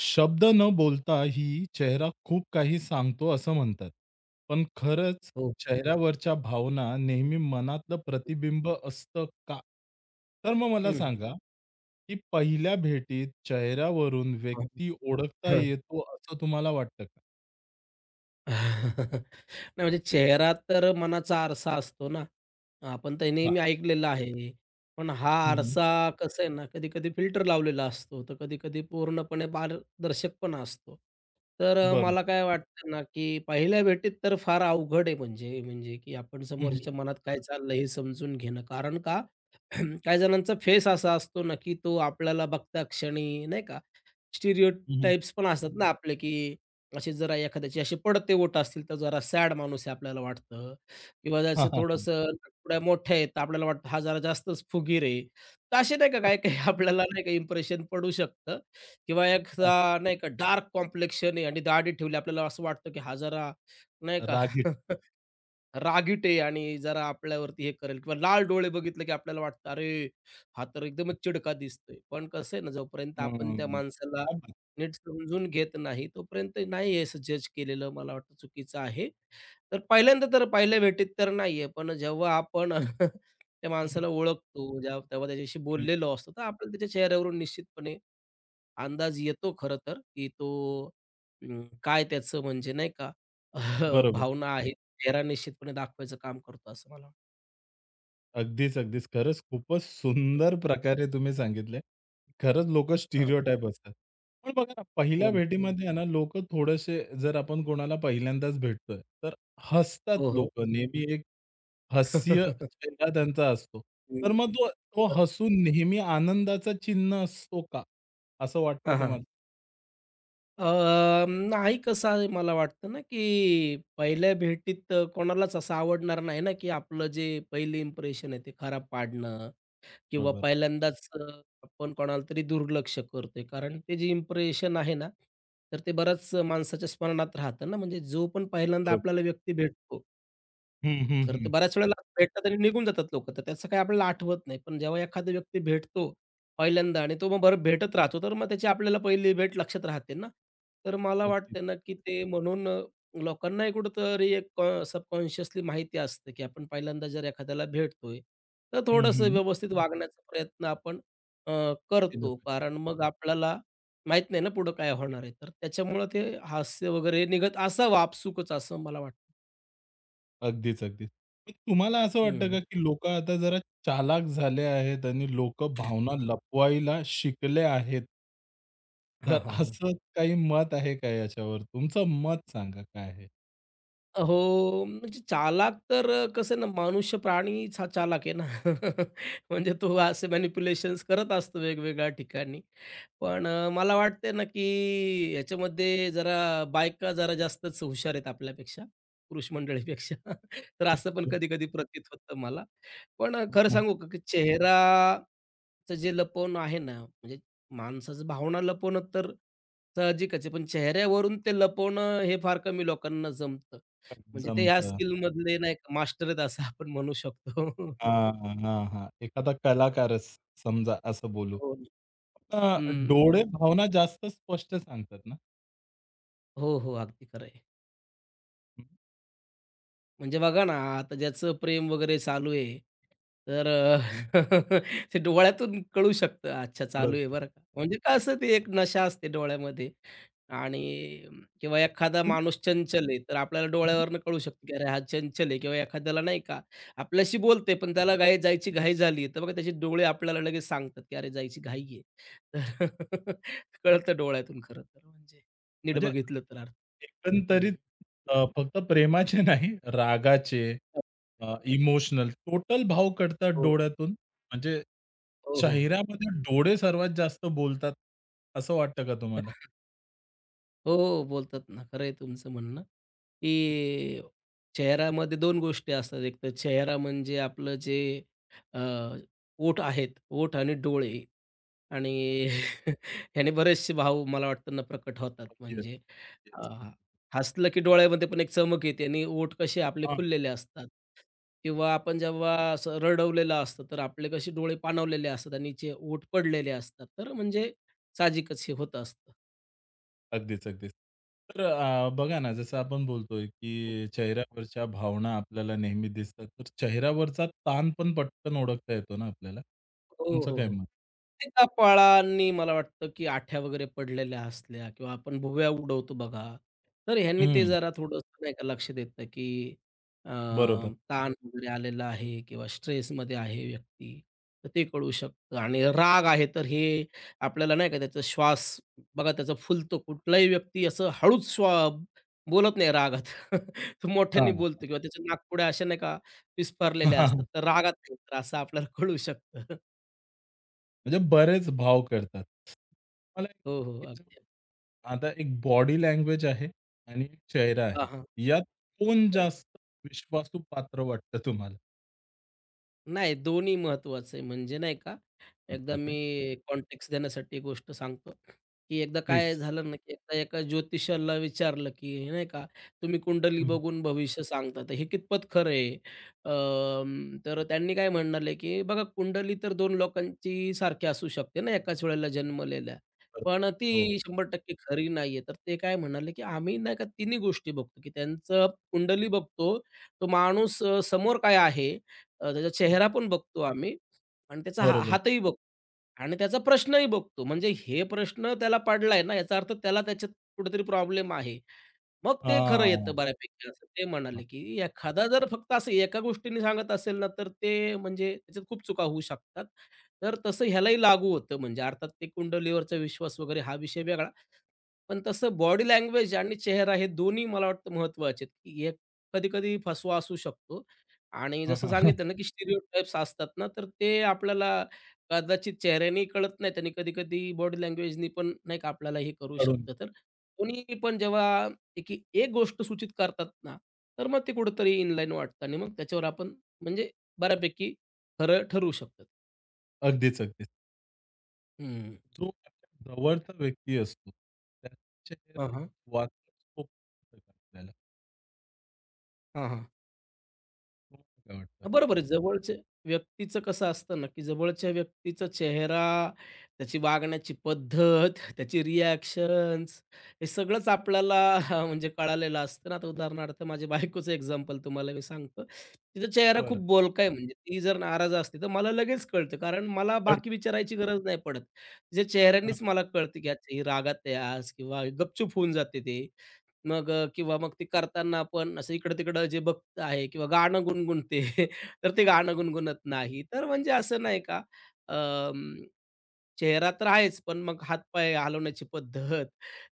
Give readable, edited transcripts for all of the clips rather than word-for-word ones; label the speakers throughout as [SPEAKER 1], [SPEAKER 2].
[SPEAKER 1] शब्द न बोलता ही चेहरा खूप काही सांगतो असं म्हणतात. पण खरंच
[SPEAKER 2] हो.
[SPEAKER 1] चेहऱ्यावरच्या भावना नेहमी मनातलं प्रतिबिंब असतं का? तर मग मला
[SPEAKER 2] हं, हं.
[SPEAKER 1] सांगा, की पहिल्या भेटीत चेहऱ्यावरून
[SPEAKER 2] हां,
[SPEAKER 1] व्यक्ती ओळखता
[SPEAKER 2] हं.
[SPEAKER 1] येतो असं तुम्हाला वाटतं का?
[SPEAKER 2] नाही म्हणजे चेहरा तर मनाचा आरसा असतो ना. आपण तर
[SPEAKER 1] हां.
[SPEAKER 2] नेहमी ऐकलेलं आहे. पण हा
[SPEAKER 1] हं, हं.
[SPEAKER 2] आरसा कसं आहे ना, कधी-कधी फिल्टर लावलेला असतो, तर कधी-कधी पूर्णपणे पारदर्शक पण असतो. तर
[SPEAKER 1] बरोबर.
[SPEAKER 2] मला काय वाटतं ना, की पहिल्या भेटीत तर फार अवघड आहे, म्हणजे म्हणजे की आपण
[SPEAKER 1] हं,
[SPEAKER 2] समोरच्याच्या
[SPEAKER 1] हं.
[SPEAKER 2] मनात काय चाललं हे समजून घेणं. कारण का काही जणांचा फेस असा असतो ना, की तो आपल्याला बघता क्षणी नाही का
[SPEAKER 1] हं, हं.
[SPEAKER 2] स्टिरियोटाइप्स पण असतात ना आपले, की असे जरा एखाद्याचे असे पडते ओठ असतील, तर जरा सॅड माणूस आहे आपल्याला वाटतं किंवा जसं
[SPEAKER 1] हां,
[SPEAKER 2] थोडंसं थोड्या मोठ्या आहेत, तर आपल्याला वाटतं हा जरा जास्तच फुगीर आहे. तर असे नाही का काही-काही आपल्याला नाही का इम्प्रेशन पडू शकतं किंवा एखादा नाही का डार्क कॉम्प्लेक्शन आहे आणि दाढी ठेवली, आपल्याला असं वाटतं, की हा जरा नाही का
[SPEAKER 1] रागीट.
[SPEAKER 2] रागीटे आणि जरा आपल्यावरती हे करेल किंवा लाल डोळे बघितले की आपल्याला वाटतं, "अरे, हा तर एकदमच चिडका दिसतोय." पण कसं आहे ना, जोपर्यंत आपण त्या
[SPEAKER 1] हं.
[SPEAKER 2] माणसाला
[SPEAKER 1] क्या बात!
[SPEAKER 2] नीट समजून घेत नाही, तोपर्यंत नाही हे असं जज केलेलं मला वाटतं चुकीचं आहे. तर पहिल्यांदा तर पहिल्या भेटीत तर नाहीये, पण जेव्हा आपण त्या
[SPEAKER 1] हं,
[SPEAKER 2] माणसाला ओळखतो, जेव्हा तेव्हा त्याच्याशी बोललेलो असतो, तर आपल्याला त्याच्या चेहऱ्यावरून निश्चितपणे अंदाज येतो खरं तर, की तो काय त्याचं म्हणजे नाही का
[SPEAKER 1] बरोबर.
[SPEAKER 2] भावना आहेत, चेहरा निश्चितपणे दाखवायचं काम करतो असं मला
[SPEAKER 1] अगदीच, अगदीच. खरंच खूपच
[SPEAKER 2] वाटतं.
[SPEAKER 1] सुंदर प्रकारे तुम्ही सांगितले. खरंच लोकं
[SPEAKER 2] हां,
[SPEAKER 1] स्टिरियोटाइप असतात. पण बघा ना, पहिल्या
[SPEAKER 2] हो
[SPEAKER 1] हो.
[SPEAKER 2] ना.
[SPEAKER 1] भेटीमध्ये आहे ना, लोकं थोडेसे जर आपण कोणाला पहिल्यांदाच भेटतोय, तर हसतात
[SPEAKER 2] हो, हो.
[SPEAKER 1] लोकं. नेहमी एक हास्य चेहरा त्यांचा असतो. तर
[SPEAKER 2] हं.
[SPEAKER 1] मग तो तो
[SPEAKER 2] तर
[SPEAKER 1] हसून नेहमी आनंदाचा चिन्ह असतो का? असं
[SPEAKER 2] हां,
[SPEAKER 1] वाटतं
[SPEAKER 2] हां.
[SPEAKER 1] तुम्हाला?
[SPEAKER 2] नाही कसं आहे मला वाटतं ना, की पहिल्या भेटीत कोणालाच असं आवडणार नाही ना, की आपलं जे पहिलं इम्प्रेशन आहे ते खराब पाडणं किंवा
[SPEAKER 1] बरोबर,
[SPEAKER 2] पहिल्यांदाच आपण कोणाला तरी दुर्लक्ष करतोय. कारण ते जे इम्प्रेशन आहे ना, तर ते बऱ्याच माणसाच्या स्मरणात राहतं ना. म्हणजे जो पण पहिल्यांदा
[SPEAKER 1] बरोबर.
[SPEAKER 2] आपल्याला व्यक्ती भेटतो,
[SPEAKER 1] हं, हं,
[SPEAKER 2] तर ते
[SPEAKER 1] हं.
[SPEAKER 2] बऱ्याच वेळेला भेटतात आणि निघून जातात लोकं, तर त्याचं काही आपल्याला आठवत नाही. पण जेव्हा एखादा व्यक्ती भेटतो पहिल्यांदा आणि तो मग बरं भेटत राहतो, तर मग त्याची आपल्याला पहिली भेट लक्षात राहते ना. तर मला
[SPEAKER 1] अगदी.
[SPEAKER 2] वाटतंय ना, की ते म्हणून लोकांनाही कुठेतरी एक सबकॉन्शियसली माहिती असते, की आपण पहिल्यांदा जर एखाद्याला भेटतोय, तर
[SPEAKER 1] हं,
[SPEAKER 2] थोडंसं
[SPEAKER 1] हं.
[SPEAKER 2] व्यवस्थित वागण्याचा प्रयत्न आपण अ,
[SPEAKER 1] केलं
[SPEAKER 2] करतो.
[SPEAKER 1] पाहिजे.
[SPEAKER 2] कारण मग आपल्याला माहीत नाही ना पुढं काय होणार आहे. तर त्याच्यामुळं ते हास्य वगैरे निघत असावं आपसुकच असं मला वाटतं.
[SPEAKER 1] अगदीच, अगदीच. मग तुम्हाला असं वाटतं
[SPEAKER 2] हं.
[SPEAKER 1] का, की लोकं आता जरा चालाक झाले आहेत आणि लोकं भावना लपवायला शिकले आहेत.
[SPEAKER 2] हां,
[SPEAKER 1] तर
[SPEAKER 2] हां, हां.
[SPEAKER 1] असं काही मत आहे का याच्यावर? तुमचं मत सांगा काय आहे?
[SPEAKER 2] हो, म्हणजे चालाक तर कसं आहे ना, मनुष्य प्राणीच हा चालाक आहे ना. म्हणजे तो असे मॅनिप्युलेशन्स करत असतो वेगवेगळ्या ठिकाणी. पण मला वाटते ना, की याच्यामध्ये जरा बायका जरा जास्तच हुशार आहेत आपल्यापेक्षा, पुरुष मंडळीपेक्षा. तर असं पण कधी-कधी प्रतीत होतं मला. पण
[SPEAKER 1] हो,
[SPEAKER 2] खरं
[SPEAKER 1] हो.
[SPEAKER 2] सांगू का, की चेहराचं जे लपवणं आहे ना, म्हणजे माणसाचं भावना लपवणं तर साहजिकच आहे, पण चेहऱ्यावरून ते लपवणं हे फार कमी लोकांना जमतं. म्हणजे ते ह्या
[SPEAKER 1] जमतं.
[SPEAKER 2] स्किलमधले नाही का मास्टर आहेत असं आपण म्हणू शकतो.
[SPEAKER 1] हां, हां, हां. एखादा कलाकारच समजा असं बोलू.
[SPEAKER 2] हो ना.
[SPEAKER 1] अ, डोळे भावना जास्त स्पष्ट सांगतात ना?
[SPEAKER 2] हो, हो. अगदी खरं
[SPEAKER 1] हम्म.
[SPEAKER 2] म्हणजे बघा ना, आता ज्याचं प्रेम वगैरे चालू आहे, तर ते डोळ्यातून कळू शकतं, अच्छा चालू आहे
[SPEAKER 1] म्हणजे
[SPEAKER 2] बरं का. म्हणजे काय असतं ते एक नशा असते डोळ्यामध्ये आणि किंवा एखादा माणूस चंचल आहे, तर आपल्याला डोळ्यावरनं कळू शकतं, की अरे हा चंचल आहे किंवा एखाद्याला नाही का आपल्याशी बोलतोय, पण त्याला घाई जायची घाई झाली आहे, तर बघा त्याचे डोळे आपल्याला लगेच सांगतात, की अरे जायची घाई आहे. तर कळतं डोळ्यातून खरं तर म्हणजे नीट
[SPEAKER 1] म्हणजे
[SPEAKER 2] बघितलं तर.
[SPEAKER 1] एकंदरीत
[SPEAKER 2] हं.
[SPEAKER 1] फक्त प्रेमाचे नाही, रागाचे इमोशनल टोटल भाव कळतात
[SPEAKER 2] हो,
[SPEAKER 1] डोळ्यातून? म्हणजे
[SPEAKER 2] हो, हो.
[SPEAKER 1] चेहऱ्यामध्ये डोळे सर्वात जास्त बोलतात, असं वाटतं का तुम्हाला?
[SPEAKER 2] हो, हो, बोलतात ना. खरं आहे तुमचं म्हणणं, की चेहऱ्यामध्ये 2 गोष्टी असतात. एक तर चेहरा म्हणजे आपलं जे अ, ओठ आहेत, ओठ आणि डोळे आणि ह्याने बरेचसे भाव मला वाटतं ना प्रकट होतात.
[SPEAKER 1] येस,
[SPEAKER 2] म्हणजे अ,
[SPEAKER 1] येस.
[SPEAKER 2] हसलं की डोळ्यामध्ये पण एक चमक येते आणि ओठ कसे आपले
[SPEAKER 1] हां,
[SPEAKER 2] खुललेले असतात किंवा आपण जेव्हा असं रडवलेलं असतं, तर आपले कसे डोळे पाणावलेले असतात आणि जे ओठ पडलेले असतात. तर म्हणजे साहजिकच हे होत असतं.
[SPEAKER 1] अगदीच, अगदीच. तर बघा ना, जसं आपण बोलतोय, की चेहऱ्यावरच्या भावना आपल्याला नेहमी दिसतात. तर चेहऱ्यावरचा ताण पण पटकन ओळखता येतो ना आपल्याला?
[SPEAKER 2] हो,
[SPEAKER 1] तुमचं
[SPEAKER 2] हो,
[SPEAKER 1] काय
[SPEAKER 2] हो.
[SPEAKER 1] मत?
[SPEAKER 2] ते त्या मला वाटतं, की आठ्या वगैरे पडलेल्या असल्या किंवा आपण भुवया उडवतो बघा, तर ह्यांनी ते
[SPEAKER 1] हं,
[SPEAKER 2] जरा थोडंसं नाही का लक्ष देतं, की अ,
[SPEAKER 1] बरोबर.
[SPEAKER 2] ताण वगैरे आलेला आहे किंवा स्ट्रेसमध्ये आहे व्यक्ती, तर ते कळू शकतं आणि राग आहे, तर हे आपल्याला नाही का त्याचा श्वास बघा त्याचा फुलतो. कुठलाही व्यक्ती असं हळूच बोलत नाही रागात. तो मोठ्याने
[SPEAKER 1] हां.
[SPEAKER 2] बोलतो किंवा त्याच्या नाकपुड्या अशा नाही का विस्फारलेल्या असतात, तर रागात नाही तर असं आपल्याला कळू शकतं.
[SPEAKER 1] म्हणजे बरेच भाव करतात. मला
[SPEAKER 2] हो, हो.
[SPEAKER 1] एक-
[SPEAKER 2] अगदी.
[SPEAKER 1] आता एक बॉडी लँग्वेज आहे आणि एक चेहरा
[SPEAKER 2] हां,
[SPEAKER 1] आहे.
[SPEAKER 2] हां.
[SPEAKER 1] यात कोण
[SPEAKER 2] बरोबर.
[SPEAKER 1] जास्त विश्वासू पात्र वाटतं तुम्हाला?
[SPEAKER 2] नाही दोन्ही महत्त्वाचं आहे म्हणजे नाही का, एकदा
[SPEAKER 1] दाखवतंय.
[SPEAKER 2] मी कॉन्टेक्स्ट देण्यासाठी गोष्ट सांगतो, की एकदा काय
[SPEAKER 1] प्लीज.
[SPEAKER 2] झालं ना, की एकदा एका ज्योतिषाला विचारलं, की नाही का, "तुम्ही कुंडली
[SPEAKER 1] हं.
[SPEAKER 2] बघून भविष्य सांगता, तर हे कितपत खरं आहे?" तर त्यांनी काय म्हणाले, की "बघा, कुंडली तर दोन लोकांची सारखी असू शकते ना, एकाच वेळेला जन्मलेल्या,
[SPEAKER 1] बरोबर.
[SPEAKER 2] पण ती
[SPEAKER 1] हो.
[SPEAKER 2] 100% खरी नाही तर ते काय म्हणाले, की "आम्ही नाही का तिन्ही गोष्टी बघतो, की त्यांचं कुंडली बघतो, तो माणूस समोर काय आहे, त्याचा
[SPEAKER 1] हं, हं.
[SPEAKER 2] चेहरा पण बघतो आम्ही आणि त्याचा हा
[SPEAKER 1] बरोबर.
[SPEAKER 2] हातही बघतो." आणि त्याचा प्रश्नही बघतो. म्हणजे हे प्रश्न त्याला पडलाय ना, याचा अर्थ त्याला त्याच्यात कुठेतरी प्रॉब्लेम आहे. मग ते खरं येतं
[SPEAKER 1] हां.
[SPEAKER 2] बऱ्यापैकी असं ते म्हणाले, की एखादा जर फक्त असं एका गोष्टीने सांगत असेल ना, तर ते म्हणजे त्याच्यात खूप चुका होऊ शकतात. तर तसं ह्यालाही लागू होतं. म्हणजे अर्थात ते कुंडलीवरचा विश्वास वगैरे हा विषय वेगळा. पण तसं बॉडी लँग्वेज आणि चेहरा हे दोन्ही मला वाटतं महत्त्वाचे आहेत, की हे कधी-कधी फसवा असू शकतो आणि
[SPEAKER 1] हां,
[SPEAKER 2] जसं
[SPEAKER 1] हां. हां.
[SPEAKER 2] सांगितलं ना, की स्टिरियोटाइप्स असतात ना, तर ते आपल्याला कदाचित चेहऱ्यानेही कळत नाहीत आणि कधी-कधी बॉडी लँग्वेजनी पण नाही का आपल्याला हे करू
[SPEAKER 1] कळून.
[SPEAKER 2] शकतं. तर दोन्ही पण जेव्हा एकी एक गोष्ट सूचित करतात ना, तर मग ते कुठेतरी इनलाईन वाटतं आणि मग त्याच्यावर आपण म्हणजे बऱ्यापैकी खरं ठरवू शकतो.
[SPEAKER 1] अगदीच, अगदीच.
[SPEAKER 2] हं.
[SPEAKER 1] जो आपल्या जवळचा व्यक्ती असतो, त्याचा
[SPEAKER 2] हां,
[SPEAKER 1] चेहरा
[SPEAKER 2] हां.
[SPEAKER 1] वाचण्यास सोपं जातं आपल्याला.
[SPEAKER 2] हां,
[SPEAKER 1] तुम्हाला काय वाटतं?
[SPEAKER 2] बरोबर आहे. जवळच्या व्यक्तीचं कसं असतं ना, की जवळच्या व्यक्तीचा चेहरा, त्याची वागण्याची पद्धत, त्याची रिएक्शन्स हे सगळंच आपल्याला म्हणजे कळालेलं असतं ना. आता उदाहरणार्थ माझ्या बायकोचं एक्झाम्पल तुम्हाला मी सांगतो. तिचा चेहरा खूप
[SPEAKER 1] बरं.
[SPEAKER 2] बोलका आहे म्हणजे ती जर नाराज असते, तर मला लगेच कळतं. कारण मला
[SPEAKER 1] अ,
[SPEAKER 2] बाकी विचारायची गरज नाही पडत. तिच्या
[SPEAKER 1] हां.
[SPEAKER 2] चेहऱ्यानेच मला कळतं, की अच्छा ही रागात आहे आज किंवा गपचूप होऊन जाते ते. मग किंवा मग ती करताना पण असं इकडं-तिकडं जे बघत आहे किंवा गाणं गुणगुणते तर ते गाणं गुणगुणत नाही. तर म्हणजे असं नाही का अं, चेहरा तर आहेच, पण मग हातपाय हलवण्याची पद्धत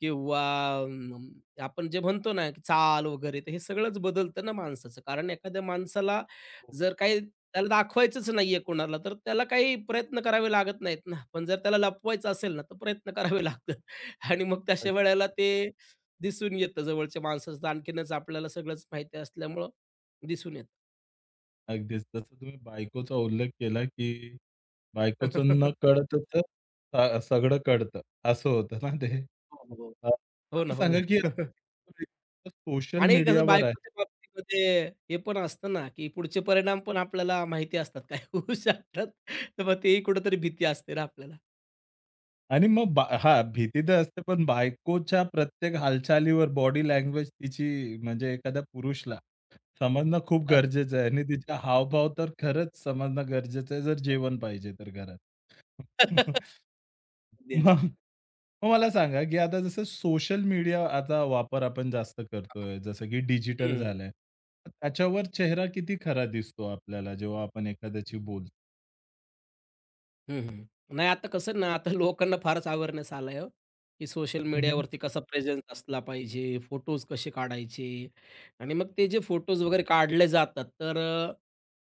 [SPEAKER 2] किंवा अं, आपण जे म्हणतो ना, की चाल वगैरे, तर हे सगळंच बदलतं ना माणसाचं. कारण एखाद्या माणसाला
[SPEAKER 1] हो.
[SPEAKER 2] जर काही त्याला दाखवायचंच नाहीये कोणाला, तर त्याला काही प्रयत्न करावे लागत नाहीत ना. पण जर त्याला लपवायचं असेल ना, तर प्रयत्न करावे लागतात आणि मग तशा वेळेला ते दिसून येतं जवळच्या माणसाचं. आणखीनच आपल्याला सगळंच माहिती असल्यामुळं दिसून येतं.
[SPEAKER 1] अगदीच. जसं तुम्ही बायकोचा उल्लेख केला, की बायकोचं न कळतच सगळं कळतं, असं होतं ना ते.
[SPEAKER 2] हो, हो.
[SPEAKER 1] अ,
[SPEAKER 2] हो ना,
[SPEAKER 1] मला
[SPEAKER 2] हो ना.
[SPEAKER 1] सांगा, की सोशल
[SPEAKER 2] आणि कसं
[SPEAKER 1] मीडियावर
[SPEAKER 2] बायकोच्या बाबतीमध्ये हे पण असतं ना, की पुढचे परिणाम पण आपल्याला माहिती असतात, काय होऊ शकतात. तर मग तेही कुठेतरी भीती असते ना आपल्याला.
[SPEAKER 1] आणि मग हां, भीती तर असते, पण बायकोच्या प्रत्येक हालचालीवर बॉडी लँग्वेज तिची म्हणजे एखाद्या पुरुषला समजणं खूप गरजेचं आहे आणि तिचा हावभाव तर खरंच समजणं गरजेचं आहे, जर जेवण पाहिजे तर घरात.
[SPEAKER 2] अगदी,
[SPEAKER 1] मग मग मला सांगा, की आता जसं सोशल मीडिया आता वापर आपण जास्त करतोय, जसं की डिजिटल झालंय. त्याच्यावर चेहरा किती खरा दिसतो आपल्याला जेव्हा आपण एखाद्याशी बोलतो.
[SPEAKER 2] हं, हं. नाही आता कसं ना, आता लोकांना फारच अवेअरनेस आलाय हो, की सोशल
[SPEAKER 1] हं,
[SPEAKER 2] मीडियावरती कसा प्रेझेन्स असला पाहिजे, फोटोज कसे काढायचे आणि मग ते जे फोटोज वगैरे काढले जातात, तर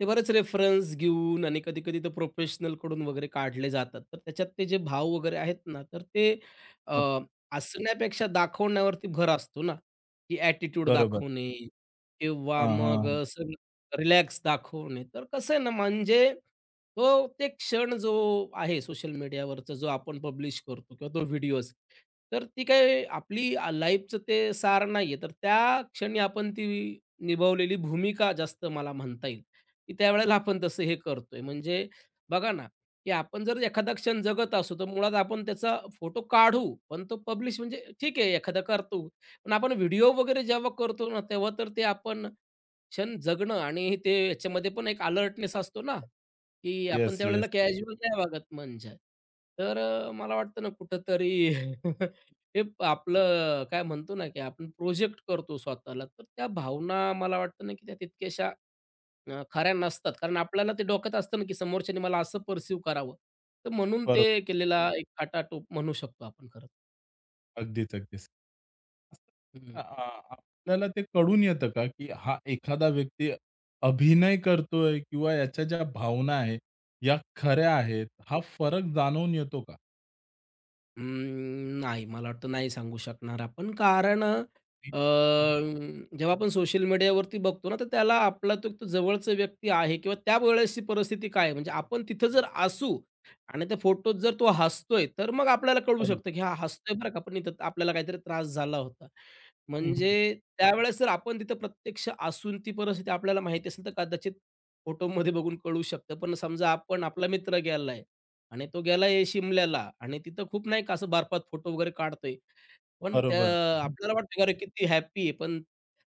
[SPEAKER 2] ते बरेच रेफरन्स घेऊन आणि कधी-कधी तर प्रोफेशनलकडून वगैरे काढले जातात. तर त्याच्यात ते जे भाव वगैरे आहेत ना, तर ते अ, असण्यापेक्षा दाखवण्यावरती भर असतो ना, की ॲटिट्यूड
[SPEAKER 1] बरोबर.
[SPEAKER 2] दाखवणे किंवा
[SPEAKER 1] हां,
[SPEAKER 2] मग
[SPEAKER 1] हां.
[SPEAKER 2] रिलॅक्स दाखवणे. तर कसं आहे ना, म्हणजे तो ते क्षण जो आहे सोशल मीडियावरचा जो आपण पब्लिश करतो किंवा तो व्हिडिओज तर ती काय आपली लाईफचं ते सार नाहीये. तर त्या क्षणी आपण ती निभावलेली भूमिका जास्त मला म्हणता येईल, की त्यावेळेला आपण तसं हे करतोय. म्हणजे बघा ना, की आपण जर एखादा क्षण जगत असू, तर मुळात आपण त्याचा फोटो काढू, पण तो पब्लिश म्हणजे ठीक आहे एखादा करतो. पण आपण व्हिडिओ वगैरे जेव्हा करतो ना, तेव्हा तर ते आपण क्षण जगणं आणि ते याच्यामध्ये पण एक अलर्टनेस असतो ना. की आपण
[SPEAKER 1] येस, येस.
[SPEAKER 2] त्यावेळेला कॅज्युअल नाही वागत म्हणजे. तर मला वाटतं ना कुठेतरी हे आपलं काय म्हणतो ना, की आपण प्रोजेक्ट करतो स्वतःला. तर त्या भावना मला वाटतं ना, की त्या तितक्याशा खऱ्या नसतात. कारण आपल्याला ते डोक्यात असतं ना, की समोरच्याने मला असं पर्सीव्ह करावं. तर म्हणून ते केलेला एक खाटाटोप म्हणू शकतो आपण खरं.
[SPEAKER 1] अगदीच, अगदीच.
[SPEAKER 2] हं.
[SPEAKER 1] असं आ आपल्याला ते कळून येतं का, की हा एखादा व्यक्ती अभिनय करतोय किंवा याच्या ज्या भावना आहेत, या खऱ्या आहेत. हा फरक जाणवून येतो का?
[SPEAKER 2] नाही, मला वाटतं नाही सांगू शकणार आपण. कारण
[SPEAKER 1] हं, हं,
[SPEAKER 2] जेव्हा आपण सोशल मीडियावरती बघतो ना, तर त्याला आपला तो तो जवळचा व्यक्ती आहे किंवा त्यावेळेसची परिस्थिती काय आहे? म्हणजे आपण तिथं जर असू आणि त्या फोटोत जर तो हसतोय, तर मग आपल्याला कळू
[SPEAKER 1] बरोबर.
[SPEAKER 2] शकतं, की हा हसतोय बरं का, पण इथं आपल्याला काहीतरी त्रास झाला होता.
[SPEAKER 1] हं,
[SPEAKER 2] म्हणजे
[SPEAKER 1] हं.
[SPEAKER 2] त्यावेळेस जर आपण तिथं प्रत्यक्ष असून ती परिस्थिती आपल्याला माहिती असेल, तर कदाचित फोटोमध्ये बघून कळू शकतं. पण समजा आपण आपला मित्र गेलाय आणि तो गेलाय शिमल्याला आणि तिथं खूप नाही का असं बारपात फोटो वगैरे काढतोय. पण त्या
[SPEAKER 1] बरोबर.
[SPEAKER 2] आपल्याला वाटतं की अरे किती हॅपी आहे. पण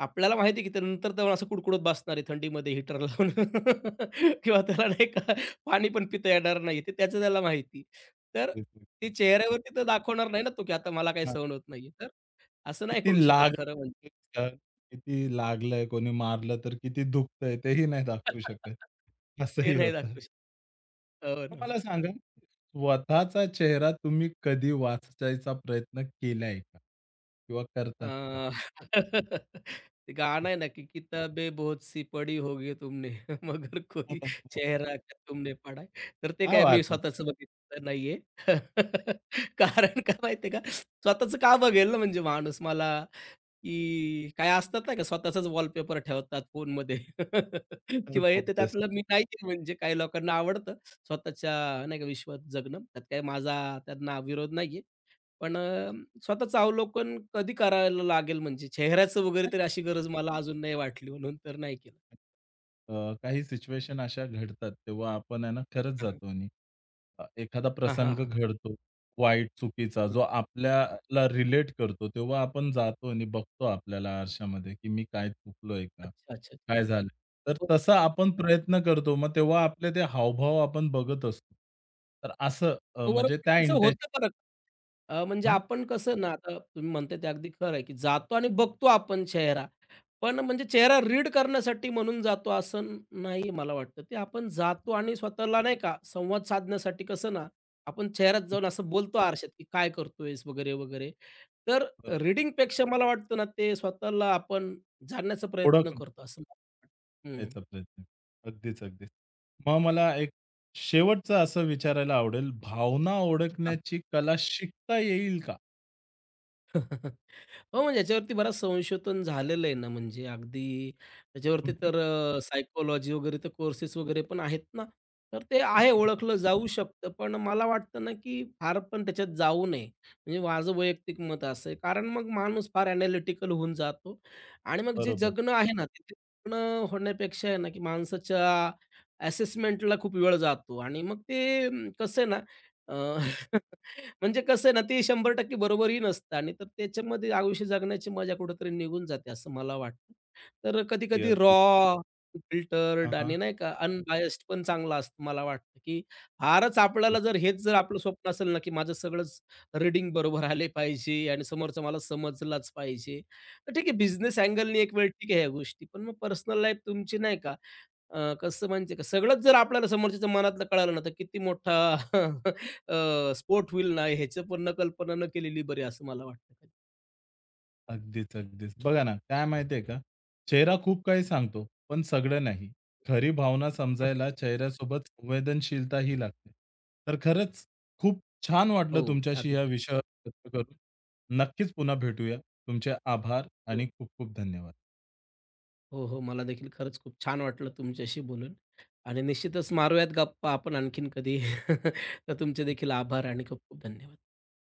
[SPEAKER 2] आपल्याला माहिती आहे की त्यानंतर तर असं कुडकुडत बसणार आहे थंडीमध्ये हीटर लावून किंवा त्याला नाही का पाणी पण पिता येणार नाही. ते त्याचं त्याला माहिती. तर
[SPEAKER 1] तेच, तेच,
[SPEAKER 2] ते
[SPEAKER 1] तेच, तेच.
[SPEAKER 2] चेहऱ्यावरती तर दाखवणार नाही ना तो की आता मला काही
[SPEAKER 1] हां,
[SPEAKER 2] सहन होत नाहीये. तर असं नाही
[SPEAKER 1] किती
[SPEAKER 2] कळू शकत खरं
[SPEAKER 1] लागलं
[SPEAKER 2] म्हणजे.
[SPEAKER 1] तर. किती लागलंय, कोणी मारलं तर किती दुखतंय तेही नाही दाखवू शकत.
[SPEAKER 2] ते
[SPEAKER 1] असंही
[SPEAKER 2] नाही
[SPEAKER 1] होतं.
[SPEAKER 2] दाखवू शकत. हो
[SPEAKER 1] मग
[SPEAKER 2] ना.
[SPEAKER 1] मला सांगा, स्वतःचा चेहरा तुम्ही कधी वाचायचा प्रयत्न केलाय का? किंवा
[SPEAKER 2] अ,
[SPEAKER 1] करतात का?
[SPEAKER 2] ते गाणं आहे ना की किताबें बहुत सी पड़ी होगी तुमने मगर कोई
[SPEAKER 1] हो, हो, हो, हो.
[SPEAKER 2] चेहरा क्या तुमने पढ़ा तर ते काय मी स्वतःच बघितलं नाहीये. कारण काय माहितीये का, स्वतःच का बघेल ना म्हणजे माणूस मला की काय असतात ना का स्वतःचाच वॉलपेपर ठेवतात फोनमध्ये किंवा हे ते त्यातलं मी नाहीये म्हणजे काही लोकांना आवडतं स्वतःच्या नाही का विश्वात जगणं. त्यात काही माझा त्यांना विरोध नाहीये. पण स्वतःचं अवलोकन कधी करायला लागेल म्हणजे चेहऱ्याचं वगैरे तरी अशी गरज मला अजून नाही वाटली म्हणून तर नाही केलं.
[SPEAKER 1] अ, काही सिच्युएशन अशा घडतात, तेव्हा आपण आहे ना खरंच
[SPEAKER 2] हं, हं.
[SPEAKER 1] जातो आणि एखादा
[SPEAKER 2] हां, हां,
[SPEAKER 1] प्रसंग
[SPEAKER 2] हां.
[SPEAKER 1] घडतो, वाईट, चुकीचा, जो आपल्याला रिलेट करतो, तेव्हा आपण जातो आणि बघतो आपल्याला आरशामध्ये, की मी काय चुकलोय का?
[SPEAKER 2] अच्छा, अच्छा.
[SPEAKER 1] काय झालं? तर
[SPEAKER 2] हो,
[SPEAKER 1] तसा आपण प्रयत्न करतो. मग तेव्हा आपले ते हावभाव आपण बघत असतो. तर असं
[SPEAKER 2] हो, बरोबर
[SPEAKER 1] म्हणजे
[SPEAKER 2] आहे.
[SPEAKER 1] त्या
[SPEAKER 2] तसं
[SPEAKER 1] इंटेन्शन
[SPEAKER 2] होतं बरं म्हणजे
[SPEAKER 1] हं,
[SPEAKER 2] आपण कसं ना, आता तुम्ही म्हणताय ते अगदी खरं आहे, की जातो आणि बघतो आपण चेहरा. पण म्हणजे चेहरा रीड करण्यासाठी म्हणून जातो असं नाही मला वाटतं. ते आपण जातो आणि स्वतःला नाही का संवाद साधण्यासाठी कसं ना, आपण चेहऱ्यात जाऊन असं बोलतो आरशात, की "काय करतोयस?" वगैरे, वगैरे. तर
[SPEAKER 1] बरोबर.
[SPEAKER 2] रीडिंगपेक्षा मला वाटतं ना, ते स्वतःला आपण जाणण्याचा
[SPEAKER 1] ओळख
[SPEAKER 2] प्रयत्न करतो असं. हं.
[SPEAKER 1] द्यायचा प्रयत्न. अगदीच, अगदीच. मग मला एक शेवटचं असं विचारायला आवडेल, भावना
[SPEAKER 2] हां.
[SPEAKER 1] ओळखण्याची कला शिकता येईल का?
[SPEAKER 2] हो, म्हणजे याच्यावरती बरंच संशोधन झालेलं आहे ना, म्हणजे अगदी
[SPEAKER 1] हं,
[SPEAKER 2] त्याच्यावरती
[SPEAKER 1] हं.
[SPEAKER 2] तर सायकॉलॉजी वगैरे तर कोर्सेस वगैरे पण आहेत ना, तर ते
[SPEAKER 1] हं,
[SPEAKER 2] आहे
[SPEAKER 1] हं, हं.
[SPEAKER 2] ओळखलं जाऊ शकतं. पण मला वाटतं ना, की फार पण त्याच्यात जाऊ नये. म्हणजे माझं वैयक्तिक मत असं आहे. कारण मग माणूस फार एनालिटिकल होऊन जातो आणि मग जे
[SPEAKER 1] बरोबर.
[SPEAKER 2] जगणं आहे ना, ते जगणं होण्यापेक्षा आहे ना, की माणसाच्या असेसमेंटला खूप वेळ जातो आणि मग ते कसं आहे ना म्हणजे कसं आहे ना, ते 100% बरोबरही नसतं आणि तर त्याच्यामध्ये आयुष्य जगण्याची मजा कुठेतरी निघून जाते, असं मला वाटतं. तर
[SPEAKER 1] ती
[SPEAKER 2] कधी-कधी
[SPEAKER 1] अगदी.
[SPEAKER 2] रॉ,
[SPEAKER 1] हां,
[SPEAKER 2] फिल्टर्ड
[SPEAKER 1] हां.
[SPEAKER 2] आणि नाही का अनबायस्ड पण चांगला असतं. मला वाटतं, की फारच आपल्याला जर हेच जर आपलं स्वप्न असेल ना, की माझं सगळंच रीडिंग बरोबर आले पाहिजे आणि समोरचा मला समजलाच पाहिजे. तर ठीक आहे, बिझनेस अँगलनी एक वेळ ठीक आहे ह्या गोष्टी. पण मग पर्सनल लाईफ तुमची नाही का कसं म्हणजे का सगळंच जर आपल्याला समोरच्याच्या मनातलं कळालं ना, तर किती मोठा अ, स्फोट होईल ना, ह्याचं पण कल्पना न केलेली बरी असं मला वाटतं.
[SPEAKER 1] अगदीच, अगदीच. बघा ना, काय माहिती आहे का? चेहरा खूप काही सांगतो, पण सगळं नाही. खरी भावना
[SPEAKER 2] हं.
[SPEAKER 1] समजायला चेहऱ्यासोबत संवेदनशीलताही लागते. तर खरंच खूप छान
[SPEAKER 2] हो,
[SPEAKER 1] वाटलं तुमच्याशी
[SPEAKER 2] अगदी
[SPEAKER 1] या
[SPEAKER 2] खरं
[SPEAKER 1] विषयावर चर्चा करून. नक्कीच पुन्हा भेटूया. तुमचे आभार आणि
[SPEAKER 2] हो.
[SPEAKER 1] खूप खूप धन्यवाद.
[SPEAKER 2] हो, हो. मला देखील खरंच खूप छान वाटलं तुमच्याशी बोलून आणि निश्चितच मारूयात गप्पा आपण आणखीन कधी. तर तुमचे देखील आभार आणि खूप खूप धन्यवाद.